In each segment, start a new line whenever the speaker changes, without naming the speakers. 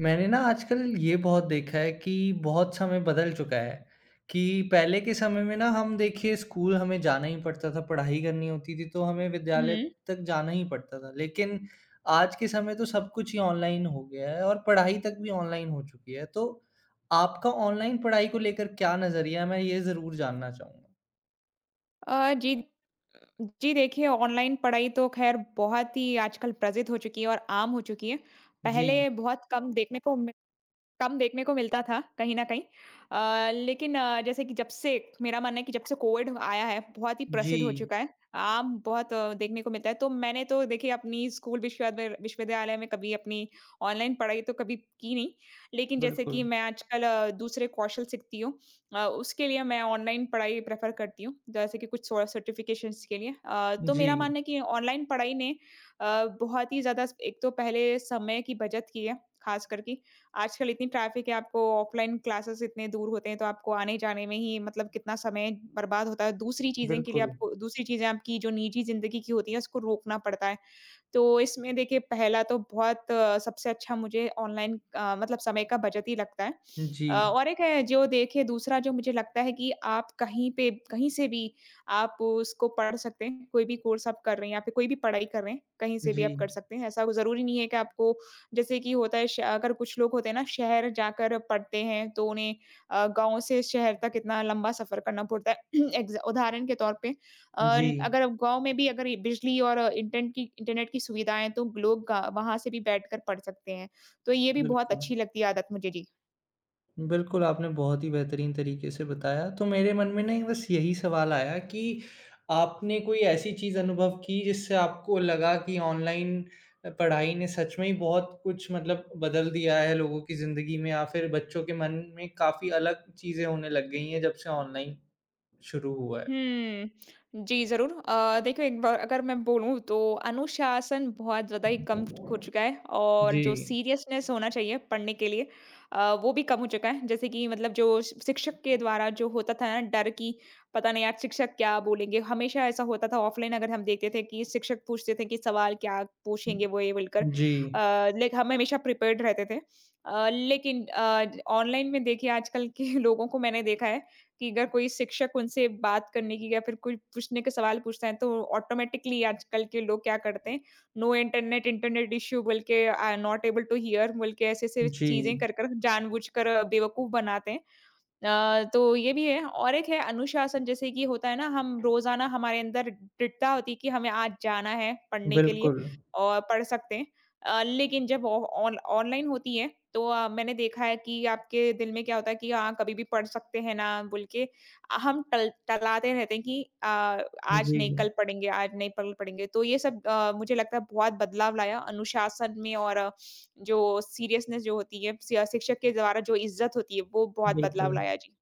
मैंने ना आजकल ये बहुत देखा है कि बहुत समय बदल चुका है कि पहले के समय में ना हम देखिए स्कूल हमें जाना ही पड़ता था, पढ़ाई करनी होती थी तो हमें विद्यालय
हुँ।
तक जाना ही पड़ता था। लेकिन आज के समय तो सब कुछ ही ऑनलाइन हो गया है और पढ़ाई तक भी ऑनलाइन हो चुकी है। तो आपका ऑनलाइन पढ़ाई को लेकर क्या नज़रिया है? मैं ये ज़रूर जानना चाहूँगा।
जी। जी, देखिए ऑनलाइन पढ़ाई तो ख़ैर बहुत ही आजकल प्रचलित हो चुकी है और आम हो चुकी है।
जी,
पहले बहुत कम देखने को मिलता था कहीं न कहीं। लेकिन जैसे कि जब से मेरा मानना है कि जब से कोविड आया है, बहुत ही प्रसिद्ध हो
जी,
चुका है। आम बहुत देखने को मिलता है। तो मैंने तो देखिए अपनी स्कूल विश्वविद्यालय विश्वविद्यालय में कभी अपनी ऑनलाइन पढ़ाई तो कभी की नहीं। लेकिन जैसे कि
बिल्कुल।
मैं आजकल दूसरे कौशल सीखती हूँ, उसके लिए मैं ऑनलाइन पढ़ाई प्रेफ़र करती हूँ, जैसे कि कुछ सर्टिफ़िकेशंस के लिए। तो
जी,
मेरा मानना है कि ऑनलाइन पढ़ाई ने बहुत ही ज़्यादा एक तो पहले समय की बचत की है, ख़ास कर कि आजकल इतनी ट्रैफ़िक है, आपको ऑफ़लाइन क्लासेस इतने दूर होते हैं, तो आपको आने-जाने में ही मतलब कितना समय बर्बाद होता है। दूसरी चीज़ें के लिए
बिल्कुल।
आपको दूसरी चीज़ें आपकी जो निजी ज़िंदगी की होती हैं, उसको रोकना पड़ता है। तो इसमें देखिए पहला तो बहुत सबसे अच्छा मुझे ऑनलाइन मतलब समय का बचत ही लगता है।
जी,
और एक है जो देखिए दूसरा जो मुझे लगता है कि आप कहीं पे कहीं से भी आप उसको पढ़ सकते हैं, कोई भी कोर्स आप कर रहे हैं या फिर कोई भी पढ़ाई कर रहे हैं, कहीं से भी
जी,
आप कर सकते हैं। ऐसा ज़रूरी नहीं है कि आपको जैसे कि होता है श अगर कुछ लोग होते हैं ना शहर जाकर पढ़ते हैं तो उन्हें गाँव से शहर तक इतना लंबा सफ़र करना पड़ता है। एग्ज़ा उदाहरण के तौर पे
जी,
ल अगर गाँव में भी अगर ये बिजली और इंटरनेट की सुविधाएँ हैं, तो लोग गा वहाँ से भी बैठकर पढ़ सकते हैं। तो ये भी बहुत
बिल्कुल।
अच्छी लगती है आदत मुझे। जी।
बिल्कुल, आपने बहुत ही बेहतरीन तरीके से बताया। तो मेरे मन में ना एक बस यही सवाल आया कि आपने कोई ऐसी चीज़ अनुभव की जिससे आपको लगा कि ऑनलाइन पढ़ाई ने सच में ही बहुत कुछ मतलब बदल दिया है लोगों की ज़िंदगी में या फिर बच्चों के मन में काफ़ी अलग चीज़ें होने लग गई हैं जब से ऑनलाइन शुरू हुआ है?
हुँ। जी, ज़रूर। देखिए एक बार अगर मैं बोलूँ तो अनुशासन बहुत ज़्यादा ही कम हो चुका है, और जो
जी।
सीरियसनेस होना चाहिए पढ़ने के लिए वो भी कम हो चुका है। जैसे कि मतलब जो शिक्षक के द्वारा जो होता था ना डर कि पता नहीं आज शिक्षक क्या बोलेंगे, हमेशा ऐसा होता था ऑफ़लाइन अगर हम देखते थे कि शिक्षक पूछते थे कि सवाल क्या
हुँ,
पूछेंगे वो ये बोलकर
जी,
लेकिन हम हमेशा प्रिपेयर्ड रहते थे। अ, लेकिन अ, ऑनलाइन में देखिए आजकल के लोगों को मैंने देखा है कि अगर कोई शिक्षक उनसे बात करने की या फिर कोई पूछने के सवाल पूछता है तो ऑटोमेटिकली आजकल के लोग क्या करते हैं, नो इंटरनेट इंटरनेट इश्यू बोल के, I am not able to hear बोल के, ऐसे ऐसे
जी,
चीजें कर कर जानबूझकर बेवकूफ बनाते हैं। तो ये भी है, और एक है अनुशासन, जैसे कि होता है ना हम रोज़ाना हमारे अंदर दृढ़ता होती है कि हमें आज जाना है पढ़ने के लिए
बिल्कुल।
और पढ़ सकते हैं। लेकिन जब ऑ ऑन ऑनलाइन होती है तो मैंने देखा है कि आपके दिल में क्या होता है कि हाँ, कभी भी पढ़ सकते हैं ना बोल के हम टल टलाते रहते हैं कि आज
जी,
नहीं कल पढ़ेंगे, आज नहीं कल पढ़ेंगे। तो ये सब मुझे लगता है बहुत बदलाव लाया अनुशासन में, और जो सीरियसनेस जो होती है, स शिक्षक के द्वारा जो इज़्ज़त होती है वो बहुत बदलाव
बिल्कुल।
लाया। जी।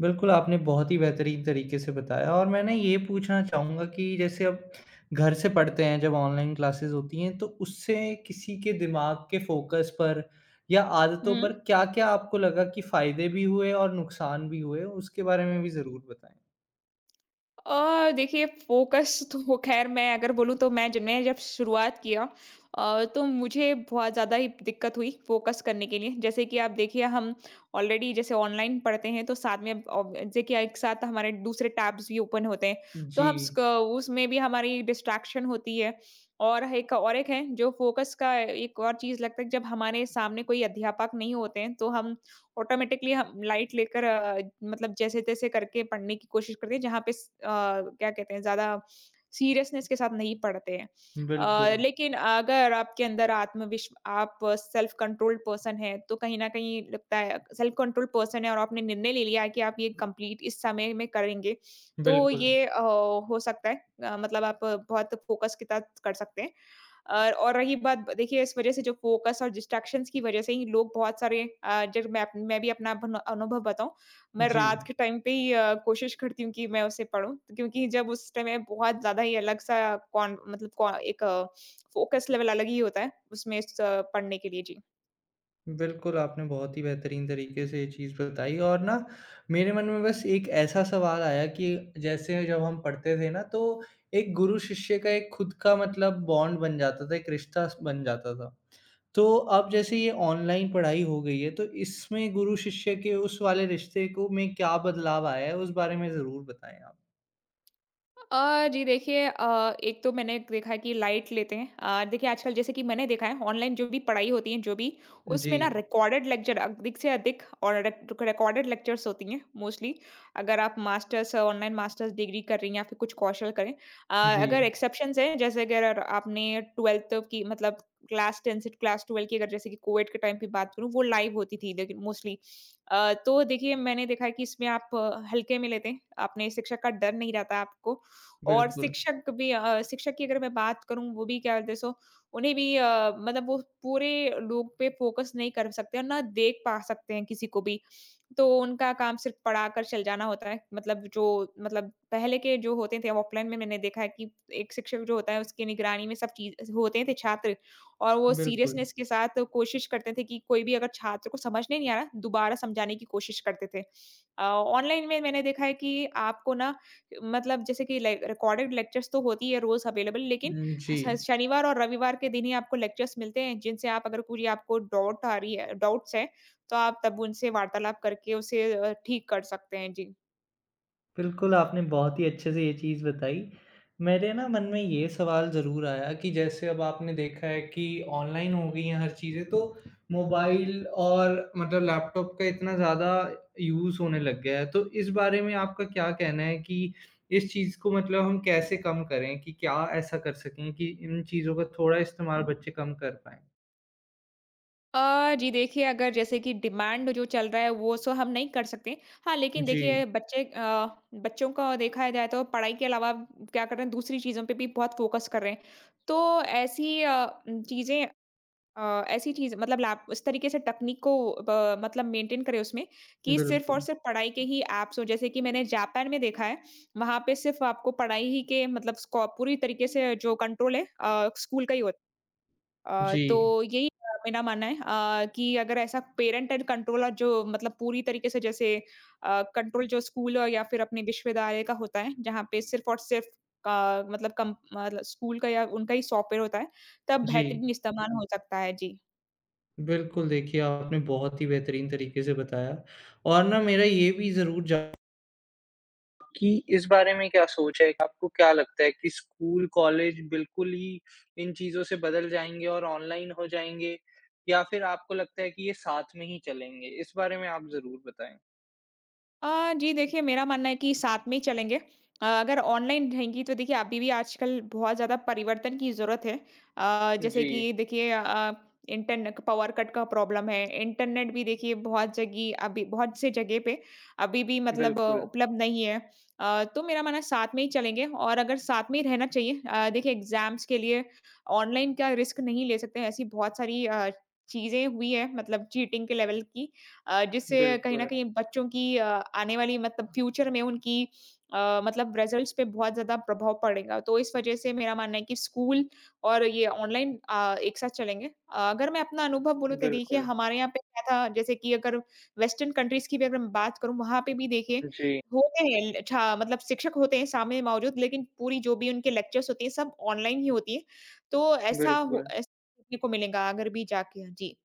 बिल्कुल, आपने बहुत ही बेहतरीन तरीके से बताया और मैं ना ये पूछना चाहूँगा कि जैसे अब घर से पढ़ते हैं जब ऑनलाइन क्लासेस होती हैं, तो उससे किसी के दिमाग के फ़ोकस पर या आदतों
हुँ।
पर क्या-क्या आपको लगा कि फ़ायदे भी हुए और नुकसान भी हुए? उसके बारे में भी ज़रूर बताएँ।
देखिए फ़ोकस तो ख़ैर मैं अगर बोलूँ तो मैं जब शुरुआत किया तो मुझे बहुत ज़्यादा ही दिक्कत हुई फ़ोकस करने के लिए। जैसे कि आप देखिए हम ऑलरेडी जैसे ऑनलाइन पढ़ते हैं तो साथ में अब जैसे कि एक साथ हमारे दूसरे टैब्स भी ओपन होते हैं। तो
जी,
हम स्क उसमें भी हमारी डिस्ट्रैक्शन होती है। और एक है जो फ़ोकस का एक और चीज़ लगता है, जब हमारे सामने कोई अध्यापक नहीं होते हैं तो हम ऑटोमेटिकली हम लाइट लेकर मतलब जैसे-तैसे करके पढ़ने की कोशिश करते हैं, जहाँ पे स क्या कहते हैं, ज़्यादा सीरियसनेस के साथ नहीं पढ़ते हैं।
बिल्कुल,
लेकिन अगर आपके अंदर आत्मविश्व आप सेल्फ कंट्रोल्ड पर्सन हैं, तो कहीं न कहीं लगता है सेल्फ कंट्रोल्ड पर्सन है और आपने निर्णय ले लिया है कि आप ये कंप्लीट इस समय में करेंगे, तो
बिल्कुल।
ये हो सकता है मतलब आप बहुत फोकस के साथ कर सकते हैं। और रही बात ब देखिए इस वज़ह से, जो फ़ोकस और डिस्ट्रैक्शंस की वज़ह से ही लोग बहुत सारे जब मैं भी अपना भन अनुभव बताऊँ, मैं
जी।
रात के टाइम पे ही कोशिश करती हूँ कि मैं उसे पढ़ूँ, क्योंकि जब उस समय बहुत ज़्यादा ही अलग-सा कॉन मतलब कॉ एक फ़ोकस लेवल अलग ही होता है उसमें स पढ़ने के लिए। जी।
बिल्कुल, आपने बहुत ही बेहतरीन तरीके से ये चीज़ बताई और ना मेरे मन में बस एक ऐसा सवाल आया कि जैसे जब हम पढ़ते थे ना तो एक गुरु-शिष्य का एक खुद का मतलब बॉन्ड बन जाता था, एक रिश्ता स बन जाता था। तो अब जैसे ये ऑनलाइन पढ़ाई हो गई है तो इसमें गुरु-शिष्य के उस वाले रिश्ते को में क्या बदलाव आया है? उस बारे में ज़रूर बताएँ आप।
जी, देखिए एक तो मैंने देखा है कि लाइट लेते हैं। देखिए आजकल जैसे कि मैंने देखा है ऑनलाइन जो भी पढ़ाई होती है, जो भी
जी,
उसमें ना रिकॉर्डेड लेक्चर अधिक से अधिक और रिकॉर्डेड लेक्चर्स होती हैं मोस्टली। अगर आप मास्टर्स ऑनलाइन मास्टर्स डिग्री कर रही हैं या फिर कुछ कौशल करें। अ,
जी।
अगर एक्सेप्शंस हैं, जैसे कि अगर आपने 12th की मतलब क्लास 10 से क्लास 12 की, अगर जैसे कि कोविड के टाइम पे बात करूँ वो लाइव होती थी, लेकिन मोस्टली। तो देखिए मैंने देखा है कि इसमें आप हल्के में लेते हैं। अपने शिक्षक का डर नहीं रहता आपको, और
बिल्कुल,
शिक्षक भी शिक्षक की अगर मैं बात करूँ वो भी क्या करते हैं, सो उन्हें भी मतलब वो पूरे लोग पे फ़ोकस नहीं कर सकते और ना देख पा सकते हैं किसी को भी। तो उनका काम सिर्फ़ पढ़ाकर चल जाना होता है। मतलब जो मतलब पहले के जो होते थे ऑफलाइन में मैंने देखा है कि एक शिक्षक जो होता है उसकी निगरानी में सब चीज़ होते थे छात्र, और वो
बिल्कुल।
सीरियसनेस के साथ कोशिश करते थे कि कोई भी अगर छात्र को समझ नहीं आ रहा, दोबारा समझाने की कोशिश करते थे। ऑनलाइन में मैंने देखा है कि आपको ना मतलब जैसे कि लाइक रिकॉर्डेड लेक्चर्स तो होती है रोज़ अवेलेबल, लेकिन
जी।
ह शनिवार और रविवार के दिन ही आपको लेक्चर्स मिलते हैं, जिनसे आप अगर पूरी आपको डाउट आ रही है डाउट्स हैं, तो आप तब उनसे वार्तालाप करके उसे ठीक कर सकते हैं। जी।
बिल्कुल, आपने बहुत ही अच्छे से ये चीज़ बताई। मेरे ना मन में ये सवाल ज़रूर आया कि जैसे अब आपने देखा है कि ऑनलाइन हो गई हैं हर चीज़ें, तो मोबाइल और मतलब लैपटॉप का इतना ज़्यादा यूज़ होने लग गया है। तो इस बारे में आपका क्या कहना है कि इस चीज़ को मतलब हम कैसे कम करें? कि क्या ऐसा कर सकें कि इन चीज़ों का थोड़ा इस्तेमाल बच्चे कम कर पाएँ?
जी, देखिए अगर जैसे कि डिमांड जो चल रहा है वो हम नहीं कर सकते। हाँ, लेकिन देखिए
जी,
बच्चों का देखा जाए तो पढ़ाई के अलावा क्या कर रहे हैं, दूसरी चीज़ों पे भी बहुत फ़ोकस कर रहे हैं। तो ऐसी चीज़ मतलब लैप उस तरीके से तकनीक को ब मतलब मेंटेन करें उसमें, कि सिर्फ़ और
बिल्कुल।
सिर्फ़ पढ़ाई के ही ऐप्स हों। जैसे कि मैंने जापान में देखा है, वहाँ पे सिर्फ़ आपको पढ़ाई ही के मतलब स्को पूरी तरीके से जो कंट्रोल है स्कूल का ही होता है।
जी,
तो यही मेरा मानना है कि अगर ऐसा पेरेंटल कंट्रोल और जो मतलब पूरी तरीके से जैसे कंट्रोल जो स्कूल और या फिर अपने विश्वविद्यालय का होता है, जहाँ पे सिर्फ़ और सिर्फ़ का मतलब कम मतलब स्कूल का या उनका ही सॉफ्टवेयर होता है, तब
जी।
बेहतरीन इस्तेमाल हो सकता है। जी।
बिल्कुल, देखिए आपने बहुत ही बेहतरीन तरीके से बताया और ना मेरा ये भी ज़रूर जा कि इस बारे में क्या सोच है? आपको क्या लगता है कि स्कूल, कॉलेज बिल्कुल ही इन चीज़ों से बदल जाएँगे और ऑनलाइन हो जाएँगे या फिर आपको लगता है कि ये साथ में ही चलेंगे? इस बारे में आप ज़रूर बताएँ।
जी, देखिए, मेरा मानना है कि साथ में ही चलेंगे। अगर ऑनलाइन रहेंगी तो देखिए अभी भी आजकल बहुत ज़्यादा परिवर्तन की ज़रूरत है। जैसे
जी,
कि देखिए इंटरने पावर कट का प्रॉब्लम है। इंटरनेट भी देखिए बहुत जगह, अभी बहुत से जगह पे अभी भी मतलब
बिल्कुल,
उपलब्ध नहीं है। तो मेरा मानना है साथ में ही चलेंगे, और अगर साथ में ही रहना चाहिए। देखिए एग्ज़ाम्स के लिए ऑनलाइन का रिस्क नहीं ले सकते हैं। ऐसी बहुत सारी चीज़ें हुई है मतलब चीटिंग के लेवल की। जिससे कहीं न
बिल्कुल,
कहीं बच्चों की आने वाली मतलब फ्यूचर में उनकी मतलब रिजल्ट्स पे बहुत ज़्यादा प्रभाव पड़ेगा। तो इस वजह से मेरा मानना है कि स्कूल और ये ऑनलाइन एक साथ चलेंगे। अगर मैं अपना अनुभव बोलूँ तो देखिए
बिल्कुल।
हमारे यहाँ पे क्या था, जैसे कि अगर वेस्टर्न कंट्रीज़ की भी अगर मैं बात करूँ वहाँ पे भी देखिए
जी,
होते हैं अच्छा मतलब शिक्षक होते हैं सामने मौजूद, लेकिन पूरी जो भी उनके लेक्चर्स होती हैं सब ऑनलाइन ही होती हैं। तो
बिल्कुल।
ऐसा देखने को मिलेगा अगर भी जाके। हाँ, जी।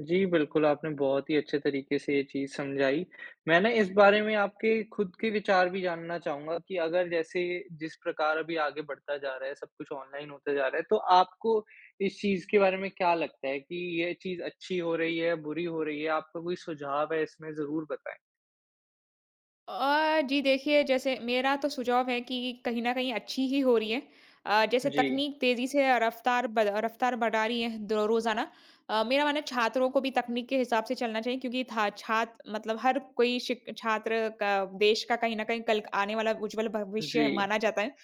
जी, बिल्कुल, आपने बहुत ही अच्छे तरीके से ये चीज़ समझाई। मैं ना इस बारे में आपके खुद के विचार भी जानना चाहूँगा कि अगर जैसे जिस प्रकार अभी आगे बढ़ता जा रहा है, सब कुछ ऑनलाइन होता जा रहा है, तो आपको इस चीज़ के बारे में क्या लगता है कि ये चीज़ अच्छी हो रही है, बुरी हो रही है? आपका कोई सुझाव है इसमें ज़रूर बताएँ?
जी, देखिए, जैसे मेरा तो सुझाव है कि कहीं न कहीं अच्छी ही हो रही है। जैसे
जी,
तकनीक तेज़ी से रफ़्तार बढ़ा रही है द रोज़ाना। मेरा मानना है छात्रों को भी तकनीक के हिसाब से चलना चाहिए, क्योंकि था छात्र मतलब हर कोई शिक छात्र का देश का कहीं न कहीं कल आने वाला उज्ज्वल भविष्य
जी,
है- माना जाता है।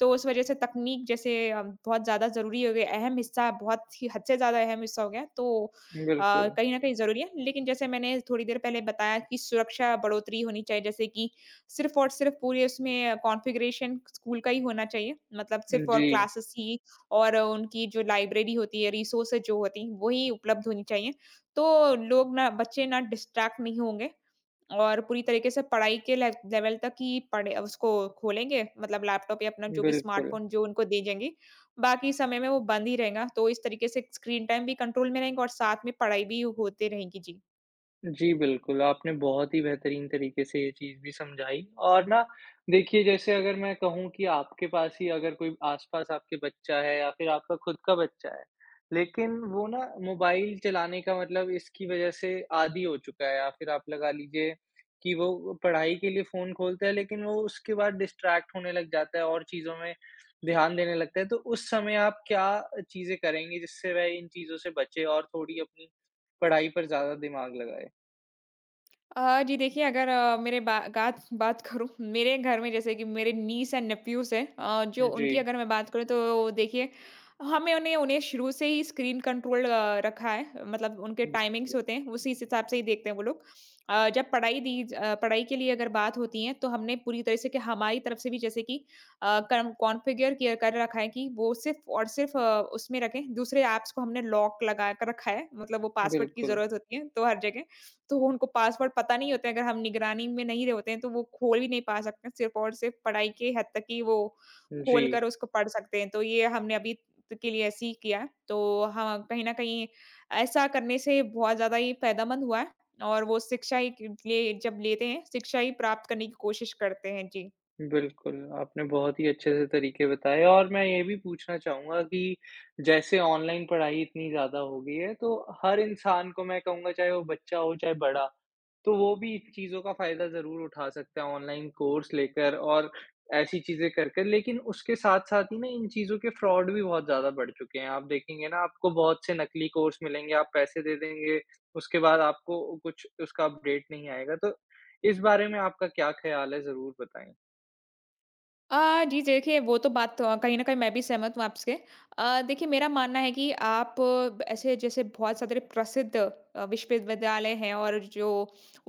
तो उस वज़ह से तकनीक जैसे बहुत ज़्यादा ज़रूरी हो गई, अहम हिस्सा बहुत ही हद से ज़्यादा अहम हिस्सा हो गया है। तो
बिल्कुल।
कहीं न कहीं ज़रूरी है। लेकिन जैसे मैंने थोड़ी देर पहले बताया कि सुरक्षा बढ़ोतरी होनी चाहिए, जैसे कि सिर्फ़ और सिर्फ़ पूरे उसमें कॉन्फ़िगरेशन स्कूल का ही होना चाहिए, मतलब सिर्फ़ और
जी,
क्लासेस ही और उनकी जो लाइब्रेरी होती है, रिसोर्सेज़ जो होती हैं, वही उपलब्ध होनी चाहिए। तो लोग ना बच्चे ना डिस्ट्रैक्ट नहीं होंगे और पूरी तरीके से पढ़ाई के ले लेवल तक ही पढ़े उसको खोलेंगे मतलब लैपटॉप या अपना जो भी
बिल्कुल।
स्मार्टफ़ोन जो उनको दे देंगे, बाकी समय में वो बंद ही रहेगा। तो इस तरीके से स्क्रीन टाइम भी कंट्रोल में रहेगा और साथ में पढ़ाई भी होते रहेगी। जी।
जी, बिल्कुल, आपने बहुत ही बेहतरीन तरीके से ये चीज़ भी समझाई और ना देखिए जैसे अगर मैं कहूँ कि आपके पास ही अगर कोई आस-पास आपके बच्चा है या फिर आपका खुद का बच्चा है, लेकिन वो ना मोबाइल चलाने का मतलब इसकी वज़ह से आदी हो चुका है या फिर आप लगा लीजिए कि वो पढ़ाई के लिए फ़ोन खोलता है लेकिन वो उसके बाद डिस्ट्रैक्ट होने लग जाता है और चीज़ों में ध्यान देने लगता है, तो उस समय आप क्या चीज़ें करेंगे जिससे वह इन चीज़ों से बचे और थोड़ी अपनी पढ़ाई पर ज़्यादा दिमाग लगाए?
जी देखिए, अगर मेरे बा गात बात करूँ मेरे घर में जैसे कि मेरे नीस एंड नेफ्यूज़ हैं, जो
जी,
उनकी अगर मैं बात करूँ तो देखिए हमें उन्हें उन्हें शुरू से ही स्क्रीन कंट्रोल रखा है, मतलब उनके टाइमिंग्स
बिल्कुल,
होते हैं उसी हिसाब से ही देखते हैं वो लोग। जब पढ़ाई दी ज अ, पढ़ाई के लिए अगर बात होती है तो हमने पूरी तरह से कि हमारी तरफ से भी जैसे कि कम कॉन्फ़िगर किया कर रखा है कि वो सिर्फ़ और सिर्फ़ उसमें रखें, दूसरे ऐप्स को हमने लॉक लगा कर रखा है, मतलब वो पासवर्ड की
बिल्कुल।
ज़रूरत होती है तो हर जगह। तो वो उनको पासवर्ड पता नहीं होते हैं, अगर हम निगरानी में नहीं रहे होते हैं, तो वो खोल ही नहीं पा सकते हैं, सिर्फ़ और सिर्फ़ पढ़ाई के हद तक ही वो खोल
जी,
कर उसको पढ़ सकते हैं। तो ये हमने अभी त के लिए ऐसे ही किया है। तो हाँ, कहीं न कहीं ऐसा करने से बहुत ज़्यादा ही फ़ायदेमंद हुआ है और वो शिक्षा ही क लिए जब लेते हैं, शिक्षा ही प्राप्त करने की कोशिश करते हैं। जी।
बिल्कुल, आपने बहुत ही अच्छे से तरीके बताए और मैं ये भी पूछना चाहूँगा कि जैसे ऑनलाइन पढ़ाई इतनी ज़्यादा हो गई है, तो हर इंसान को मैं कहूँगा चाहे वो बच्चा हो, चाहे बड़ा, तो वो भी चीज़ों का फ़ायदा ज़रूर उठा सकते हैं ऑनलाइन कोर्स लेकर और ऐसी चीज़ें कर कर। लेकिन उसके साथ-साथ ही ना इन चीज़ों के फ्रॉड भी बहुत ज़्यादा बढ़ चुके हैं। आप देखेंगे ना आपको बहुत से नकली कोर्स मिलेंगे, आप पैसे दे देंगे, उसके बाद आपको कुछ उसका अपडेट नहीं आएगा। तो इस बारे में आपका क्या ख़्याल है ज़रूर बताएँ?
जी देखिए, वो तो बात कहीं न कहीं मैं भी सहमत हूँ आपसे। देखिए, मेरा मानना है कि आप ब ऐसे जैसे बहुत सारे प्रसिद्ध विश्वविद्यालय हैं और जो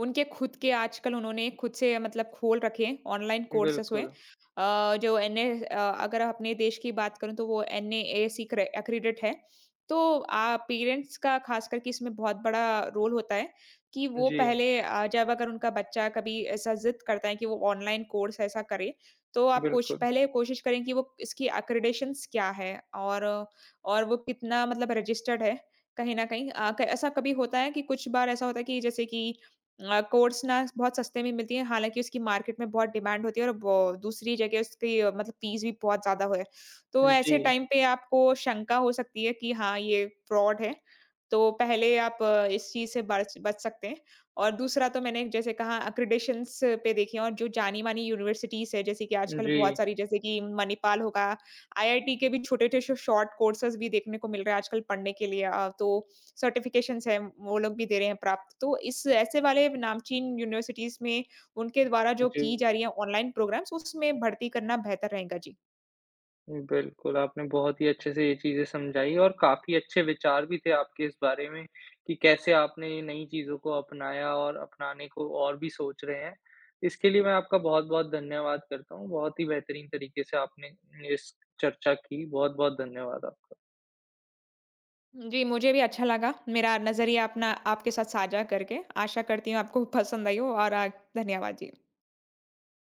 उनके खुद के आजकल उन्होंने खुद से मतलब खोल रखे हैं, ऑनलाइन कोर्सेज़ हुए।
बिल्कुल।
जो अगर अपने देश की बात करूँ तो वो एनएएसी क्रे एक्रीडेट है। तो पेरेंट्स का ख़ास करके इसमें बहुत बड़ा रोल होता है कि वो
जी,
पहले जब अगर उनका बच्चा कभी ऐसा ज़िद करता है कि वो ऑनलाइन कोर्स ऐसा करे, तो आप कोशि
बिल्कुल।
पहले कोशिश करें कि वो इसकी एक्रेडिशंस क्या है और वो कितना मतलब रजिस्टर्ड है, कहीं न कहीं अ, क ऐसा कभी होता है कि कुछ बार ऐसा होता है कि जैसे कि कोर्स ना बहुत सस्ते में मिलती है, हालाँकि उसकी मार्केट में बहुत डिमांड होती है और वो दूसरी जगह उसकी मतलब फीस भी बहुत ज़्यादा है। तो
जी,
ऐसे टाइम पे आपको शंका हो सकती है कि हाँ, ये फ्रॉड है, तो पहले आप इस चीज़ से बच बच सकते हैं। और दूसरा तो मैंने जैसे कहा अक्रेडिटेशन्स पे देखी और जो जानी-मानी यूनिवर्सिटीज़ है, जैसे कि आजकल
जी,
बहुत सारी जैसे कि मणिपाल होगा, आईआईटी के भी छोटे-छोटे शो शॉर्ट कोर्सेज़ भी देखने को मिल रहा है आजकल पढ़ने के लिए तो सर्टिफ़िकेशंस हैं, वो लोग भी दे रहे हैं प्राप्त। तो इस ऐसे वाले नामचीन यूनिवर्सिटीज़ में उनके द्वारा जो
जी।
की जा रही है ऑनलाइन प्रोग्राम्स, उसमें भर्ती करना बेहतर रहेगा। जी।
जी, बिल्कुल, आपने बहुत ही अच्छे से ये चीज़ें समझाई और काफ़ी अच्छे विचार भी थे आपके इस बारे में कि कैसे आपने ये नई चीज़ों को अपनाया और अपनाने को और भी सोच रहे हैं। इसके लिए मैं आपका बहुत-बहुत धन्यवाद करता हूँ। बहुत ही बेहतरीन तरीके से आपने इस चर्चा की। बहुत-बहुत धन्यवाद आपका।
जी, मुझे भी अच्छा लगा मेरा नज़रिया अपना आपके साथ साझा करके। आशा करती हूँ आपको पसंद आई हो और धन्यवाद जी।